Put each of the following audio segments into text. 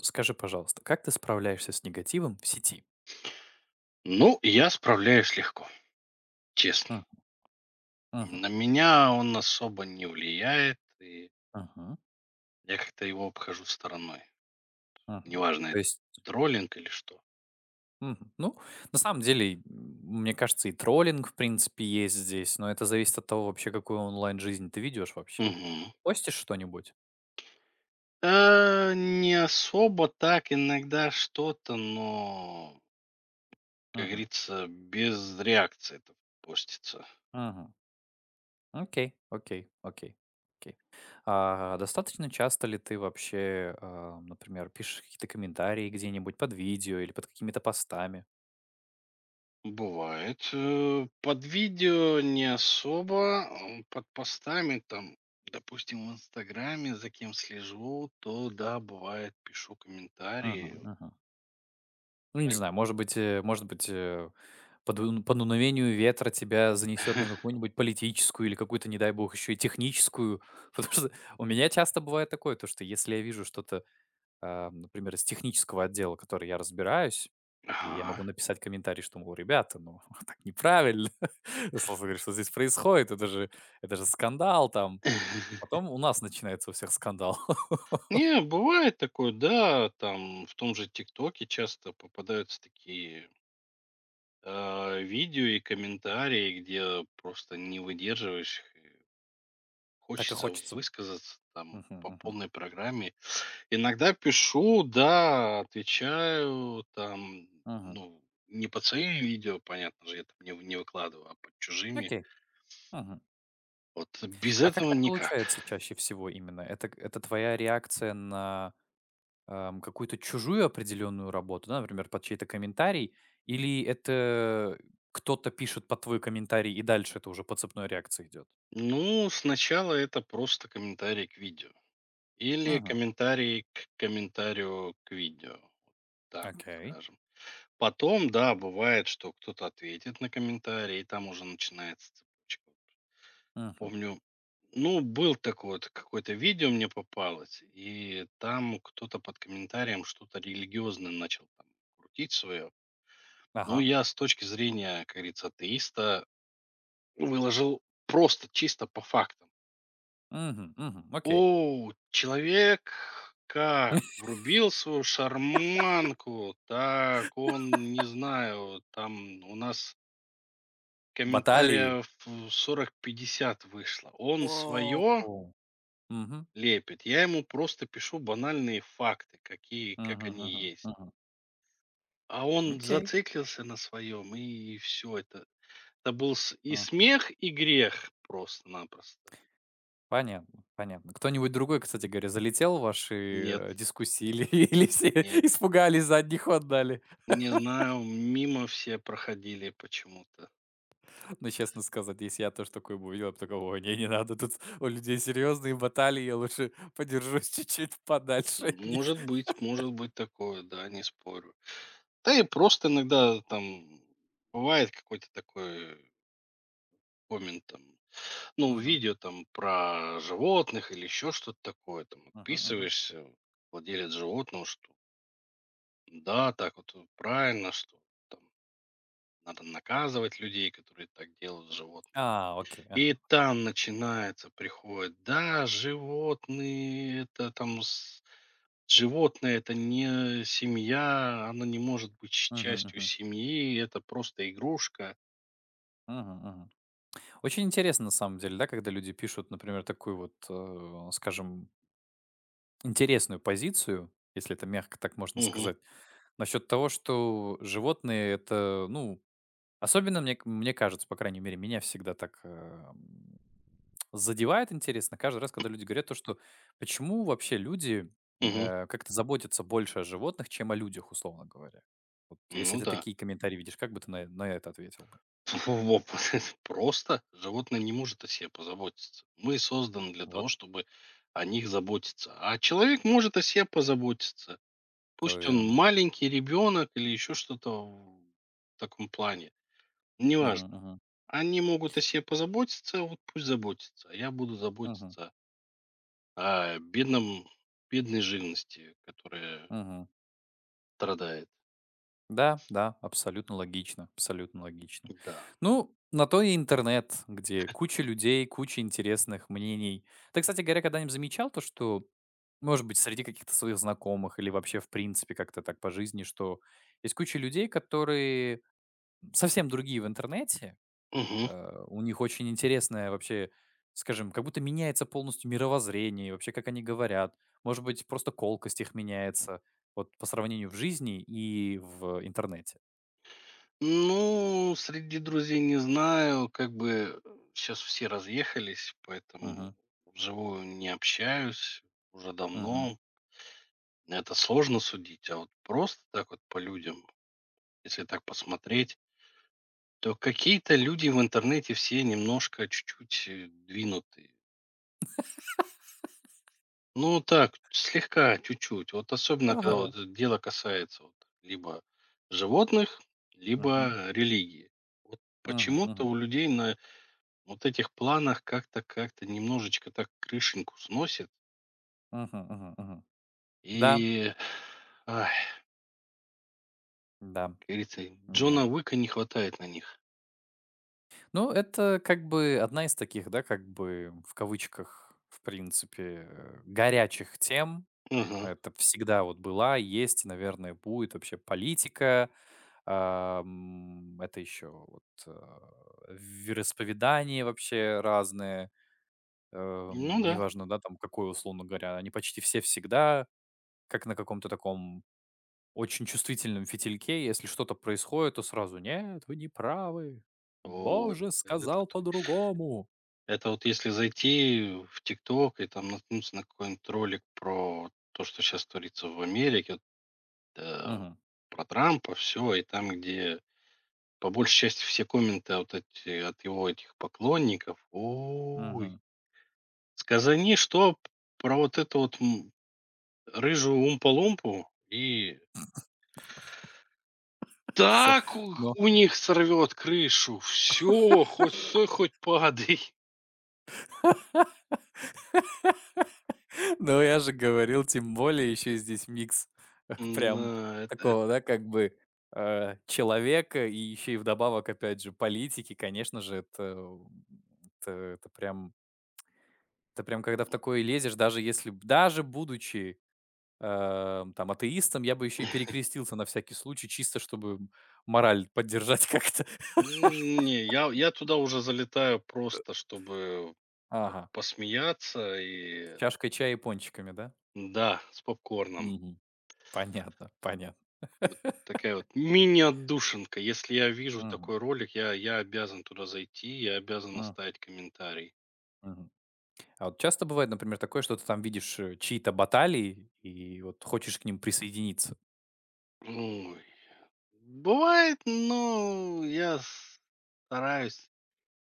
Скажи, пожалуйста, как ты справляешься с негативом в сети? Ну, я справляюсь легко, честно. М. Мгм. На меня он особо не влияет, и Мгм. я как-то его обхожу стороной. Мгм. Неважно, То это есть, троллинг или что. мгм. Ну, на самом деле, мне кажется, и троллинг, в принципе, есть здесь, но это зависит от того вообще, какую онлайн-жизнь ты ведешь вообще. Мгм. Постишь что-нибудь? Не особо так, иногда что-то, но, как Мгм, говорится, без реакции это постится. мгм. Окей, окей, окей, окей. Достаточно часто ли ты вообще, например, пишешь какие-то комментарии где-нибудь под видео или под какими-то постами? Бывает. Под видео не особо, под постами там, допустим, в Инстаграме, за кем слежу, то да, бывает, пишу Мгм, комментарии. Вот мгм. Ну, не так. знаю, может быть, может быть, по дуновению ветра тебя занесет на какую-нибудь политическую или какую-то, не дай бог, еще и техническую. Потому что у меня часто бывает такое, то, что если я вижу что-то, например, из технического отдела, который я разбираюсь, и я Ага. могу написать комментарий, что, мол, ребята, ну, так неправильно, условно говоря, что здесь происходит, это же скандал там. Потом у нас начинается у всех скандал. Не, бывает такое, да, там в том же ТикТоке часто попадаются такие видео и комментарии, где просто не выдерживаешь, Так и хочется хочется. высказаться там Мгм, по мгм, полной программе. Иногда пишу, да, отвечаю, там, мгм. ну, не под своими видео, понятно же, я там не, не выкладываю, а под чужими. Окей. Мгм. Вот без А как этого так никак. получается чаще всего именно? Это твоя реакция на, какую-то чужую определенную работу, да, например, под чей-то комментарий, или это кто-то пишет под твой комментарий, и дальше это уже по цепной реакции идет? Ну, сначала это просто комментарий к видео. Или Мгм. комментарий к комментарию к видео. Так вот Окей. скажем. Потом, да, бывает, что кто-то ответит на комментарий, и там уже начинается цепочка. Мгм. Помню, ну, был такой вот, какое-то видео мне попалось, и там кто-то под комментарием что-то религиозное начал там крутить свое. Ну, Ага. я с точки зрения, как говорится, атеиста выложил просто чисто по фактам. Мгм, мгм. Окей. О, человек как врубил свою шарманку, так он, не знаю, там у нас Баталии. комментариев 40-50 вышло. Он свое Вау! Мгм. лепит. Я ему просто пишу банальные факты, какие, как Мгм, они мгм, есть. мгм. А он Окей. зациклился на своем, и все это. И смех, и грех просто-напросто. Понятно, понятно. Кто-нибудь другой, кстати говоря, залетел в Нет, ваши, дискуссии или или все нет. испугались, задних отдали? Не знаю, мимо все проходили почему-то. Ну, честно сказать, если я тоже такой бы увидел, я бы такой: "Ой, не, не надо, тут у людей серьезные баталии, я лучше подержусь чуть-чуть подальше от них". Может быть такое, да, не спорю. Да и просто иногда там бывает какой-то такой коммент там. Ну, Мгм, видео там про животных или еще что-то такое, там мгм, мгм. подписываешься, владелец животного, что да, так вот правильно, что там надо наказывать людей, которые так делают с животными. А, окей, И ага. там начинается, приходит, да, животные, это там, животное это не семья, оно не может быть Мгм, частью мгм. семьи, это просто игрушка. Мгм, мгм. Очень интересно на самом деле, да, когда люди пишут, например, такую вот, скажем, интересную позицию, если это мягко так можно Угу, сказать. Насчет того, что животные — это, ну, особенно мне кажется, по крайней мере, меня всегда так, задевает интересно каждый раз, когда люди говорят то, что почему вообще люди, угу, как-то заботятся больше о животных, чем о людях, условно говоря. Вот если ну ты да. такие комментарии видишь, как бы ты на это ответил бы? Во, просто животное не может о себе позаботиться. Мы созданы для того, Вот, чтобы о них заботиться. А человек может о себе позаботиться. то Пусть он верно. маленький ребенок или еще что-то в таком плане. Мгм, Неважно. мгм. Они могут о себе позаботиться, вот пусть заботятся. А я буду Мгм. заботиться о бедном, бедной живности, которая Мгм. страдает. Да, да, абсолютно логично, абсолютно логично. Да. Ну, на то и интернет, где куча людей, куча интересных мнений. Ты, кстати говоря, когда-нибудь замечал то, что, может быть, среди каких-то своих знакомых или вообще в принципе как-то так по жизни, что есть куча людей, которые совсем другие в интернете, Мгм. У них очень интересное вообще, скажем, как будто меняется полностью мировоззрение, и вообще как они говорят, может быть, просто колкость их меняется, вот по сравнению в жизни и в интернете. Ну, среди друзей не знаю, как бы сейчас все разъехались, поэтому Мгм. вживую не общаюсь уже Мгм. давно. Это сложно судить, а вот просто так вот по людям, если так посмотреть, то какие-то люди в интернете все немножко чуть-чуть двинутые. Ну, так, слегка, чуть-чуть. Вот особенно, когда Ага. вот дело касается вот либо животных, Мгм. либо религии. Вот Мгм. почему-то Мгм. у людей на вот этих планах как-то как-то немножечко так крышеньку сносит. Мгм. Мгм. Мгм. Да, И, ай, да, как говорится, да. Джона Уика не хватает на них. Ну, это как бы одна из таких, да, как бы в кавычках, в принципе, горячих тем. Мгм. Это всегда вот была, есть и, наверное, будет вообще политика. Это еще вот вероисповедания вообще разные. Ну да. Неважно, да, там какое, условно говоря, они почти все всегда как на каком-то таком очень чувствительном фитильке, если что-то происходит, то сразу: "Нет, вы не правы. Ой, Боже, это, сказал по-другому". это вот если зайти в ТикТок и там наткнуться на какой-нибудь ролик про то, что сейчас творится в Америке, вот, э, Мгм, про Трампа, все, и там, где по большей части все комменты вот эти, от его этих поклонников, ой, мгм. сказани, что про вот это вот Рыжую Умпа-Лумпу, и Всё. так у Ну у них сорвет крышу. Все хоть стой, хоть падай. ну, я же говорил, тем более еще здесь микс, прям да это такого, да, как бы, человека и еще и вдобавок, опять же, политики. Конечно же, это это прям это прям когда в такое лезешь, даже если б даже будучи там, атеистом, я бы еще и перекрестился на всякий случай, чисто чтобы мораль поддержать как-то. Не, я туда уже залетаю просто, чтобы п Ага. посмеяться. И Чашкой чая и пончиками, да? да, с попкорном. Мгм. Понятно, понятно. Такая вот мини-отдушинка. Если я вижу Мгм, такой ролик, я обязан туда зайти, я обязан мгм, оставить комментарий. мгм. А вот часто бывает, например, такое, что ты там видишь чьи-то баталии и вот хочешь к ним присоединиться. Ой, бывает, но я стараюсь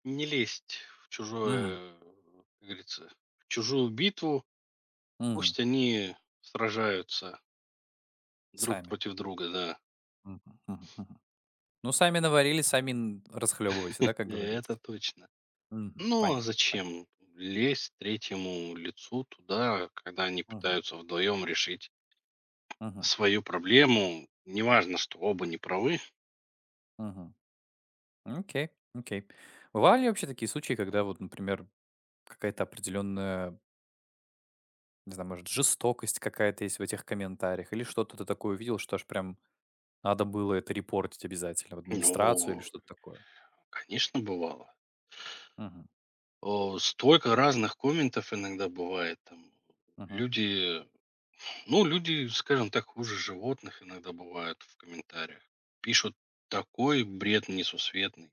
не лезть в Мгм, чужое, как говорится, в чужую битву. мгм. Пусть они сражаются друг Сами. против друга, да. Мгм, мгм, мгм. Ну, сами наварили, расхлебывайте, да, как Это говорится. точно. Мгм. Ну, а Понятно, понятно. зачем лезть третьему лицу туда, когда они Мгм, пытаются вдвоем решить мгм, свою проблему? Неважно, что оба не правы. мгм. Окей, окей. Бывали ли вообще такие случаи, когда вот, например, какая-то определенная, не знаю, может, жестокость какая-то есть в этих комментариях, или что-то ты такое увидел, что аж прям надо было это репортить обязательно в администрацию или Ну, что-то такое? конечно, бывало. Мгм, О, столько разных комментов иногда бывает. Там мгм, люди Ну, люди, скажем так, хуже животных иногда бывают в комментариях. Пишут такой бред несусветный.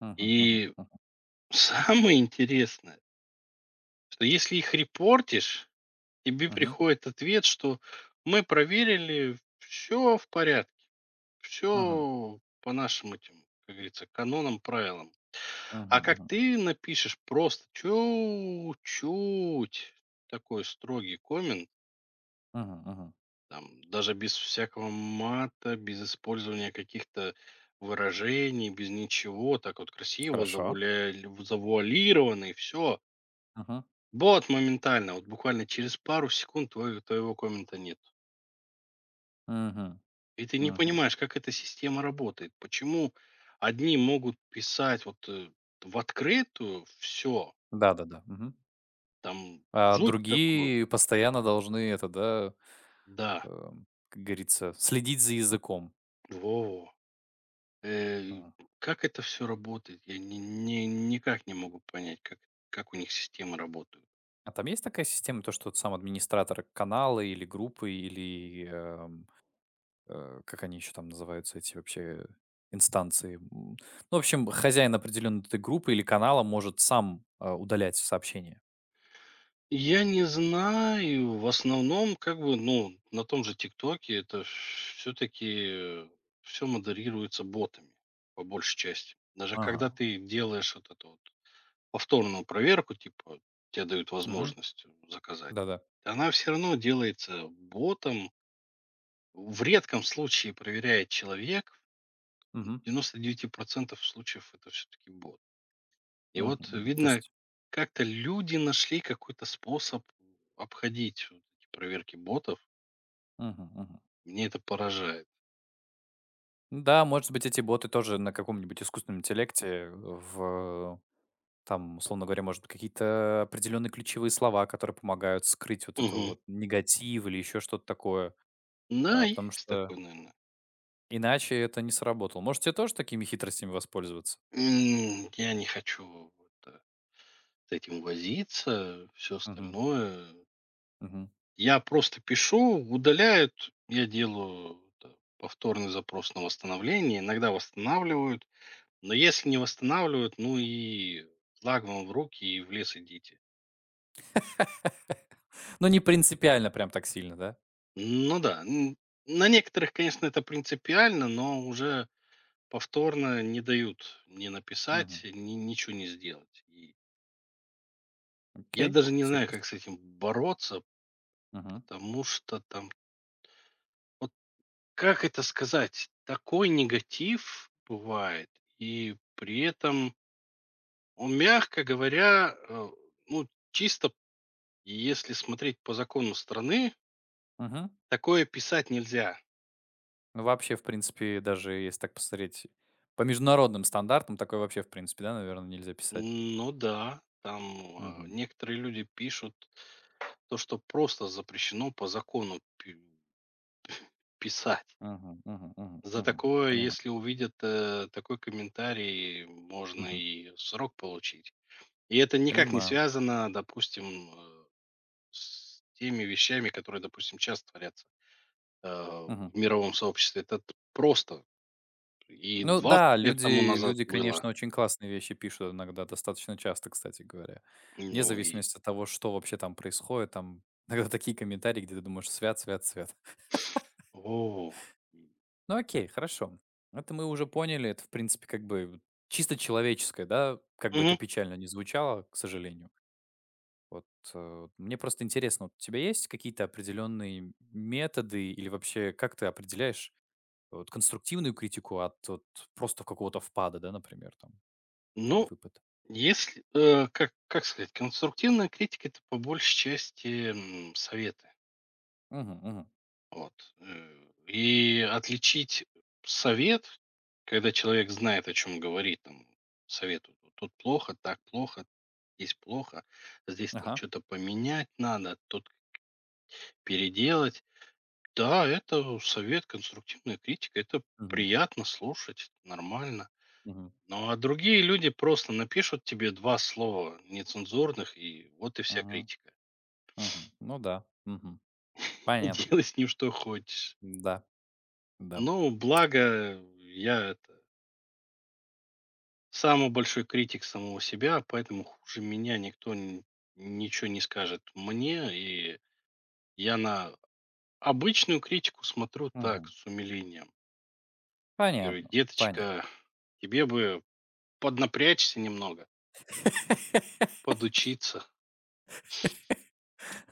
мгм, мгм, И мгм, самое интересное, что если их репортишь, тебе мгм, приходит ответ, что мы проверили, все в порядке, мгм, все по нашим этим, как говорится, канонам, правилам. А как мгм, ты напишешь просто чуть-чуть такой строгий коммент, мгм, мгм. там даже без всякого мата, без использования каких-то выражений, без ничего, так вот красиво, Хорошо. Завуалированно и все. Мгм, Бот моментально, вот буквально через пару секунд твоего коммента нет. мгм, И ты не мгм. понимаешь, как эта система работает, почему одни могут писать вот в открытую все, Да-да-да. Мгм. там А жуть такую, другие постоянно должны это, да, да, как говорится, следить за языком. во Э, как это все работает? Я ни никак не могу понять, как у них системы работают. А там есть такая система, то, что вот сам администратор канала или группы, или, как они еще там называются, эти вообще инстанции? М. Ну, в общем, хозяин определенной этой группы или канала может сам удалять сообщения. Я не знаю. В основном, как бы, ну, на том же "ТикТоке" это все таки все модерируется ботами, по большей части. Даже когда Ага. ты делаешь вот эту вот повторную проверку, типа, тебе дают Мгм. возможность заказать, Да-да. она все равно делается ботом. В редком случае проверяет человек. Мгм. 99% случаев это все-таки бот. И Мгм. вот Мгм. То видно, есть. как-то люди нашли какой-то способ обходить вот эти проверки ботов. Мгм. Мгм. Мне это поражает. Ну да, может быть, эти боты тоже на каком-нибудь искусственном интеллекте там, условно говоря, может быть, какие-то определенные ключевые слова, которые помогают скрыть вот эту Мгм. вот негатив или еще что-то такое. Да, А, потому есть что такое, наверное. иначе это не сработало. Можете тоже такими хитростями воспользоваться? Я не хочу вот, с этим возиться, все Мгм, остальное. мгм. Я просто пишу, удаляют, я делаю это, повторный запрос на восстановление, иногда восстанавливают. Но если не восстанавливают, ну и флаг вам в руки и в лес идите. Ну, не принципиально прям так сильно, да? Ну да, на некоторых, конечно, это принципиально, но уже повторно не дают ни написать, Мгм. ни ничего не сделать. И я Окей, даже не знаю, интересно. как с этим бороться, Мгм, потому что там, вот как это сказать, такой негатив бывает, и при этом он, мягко говоря, ну, чисто если смотреть по закону страны, мгм. такое писать нельзя. Ну, вообще, в принципе, даже если так посмотреть, по международным стандартам такое вообще, в принципе, да, наверное, нельзя писать. Ну да, там, Мгм, некоторые люди пишут то, что просто запрещено по закону пи писать. мгм, мгм, мгм, За мгм. такое, Понимаю. если увидят, такой комментарий, можно Мгм. и срок получить. И это никак не Понимаю. связано, допустим, э, с теми вещами, которые, допустим, щас творятся, в Мгм. мировом сообществе. Это т просто и Ну 20 да, лет тому люди назад люди, было. конечно, очень классные вещи пишут иногда, достаточно часто, кстати говоря. Вне Ну и зависимости от того, что вообще там происходит, там иногда такие комментарии, где ты думаешь: "Свят, свят, свят". О. Ну окей, хорошо. Это мы уже поняли. Это, в принципе, как бы чисто человеческое, да, как бы Мгм. это печально не звучало, к сожалению. Вот, мне просто интересно, вот у тебя есть какие-то определенные методы или вообще как ты определяешь вот конструктивную критику от вот просто какого-то впада, да, например, там, под Ну, выпад? если, как сказать, конструктивная критика — это по большей части, советы. Мгм, мгм. Вот, и отличить совет, когда человек знает, о чем говорит, там, советует: "Вот тут плохо, так плохо, здесь там Ага. что то поменять надо, тут переделать". Да, это совет, конструктивная критика. Это Мгм, приятно слушать, нормально. мгм, Ну а другие люди просто напишут тебе два слова нецензурных, и вот и вся мгм, критика. мгм. Ну да. Мгм. И Понятно. делай с ним что хочешь. Да, да. Ну, благо, я это самый большой критик самого себя, поэтому хуже меня никто ничего не скажет мне, и я на обычную критику смотрю так, Мгм. с умилением. Говорю, Понятно, понятно. деточка, тебе бы поднапрячься немного, подучиться.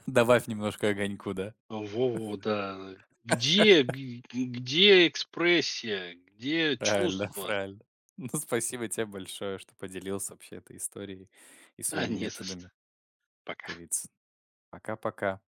Добавь немножко огоньку, да? Во-во, да. Где где экспрессия, где Правильно, чувства? правильно. Ну, спасибо тебе большое, что поделился вообще этой историей и А, своими не за что. методами, Пока. как говорится. Пока-пока.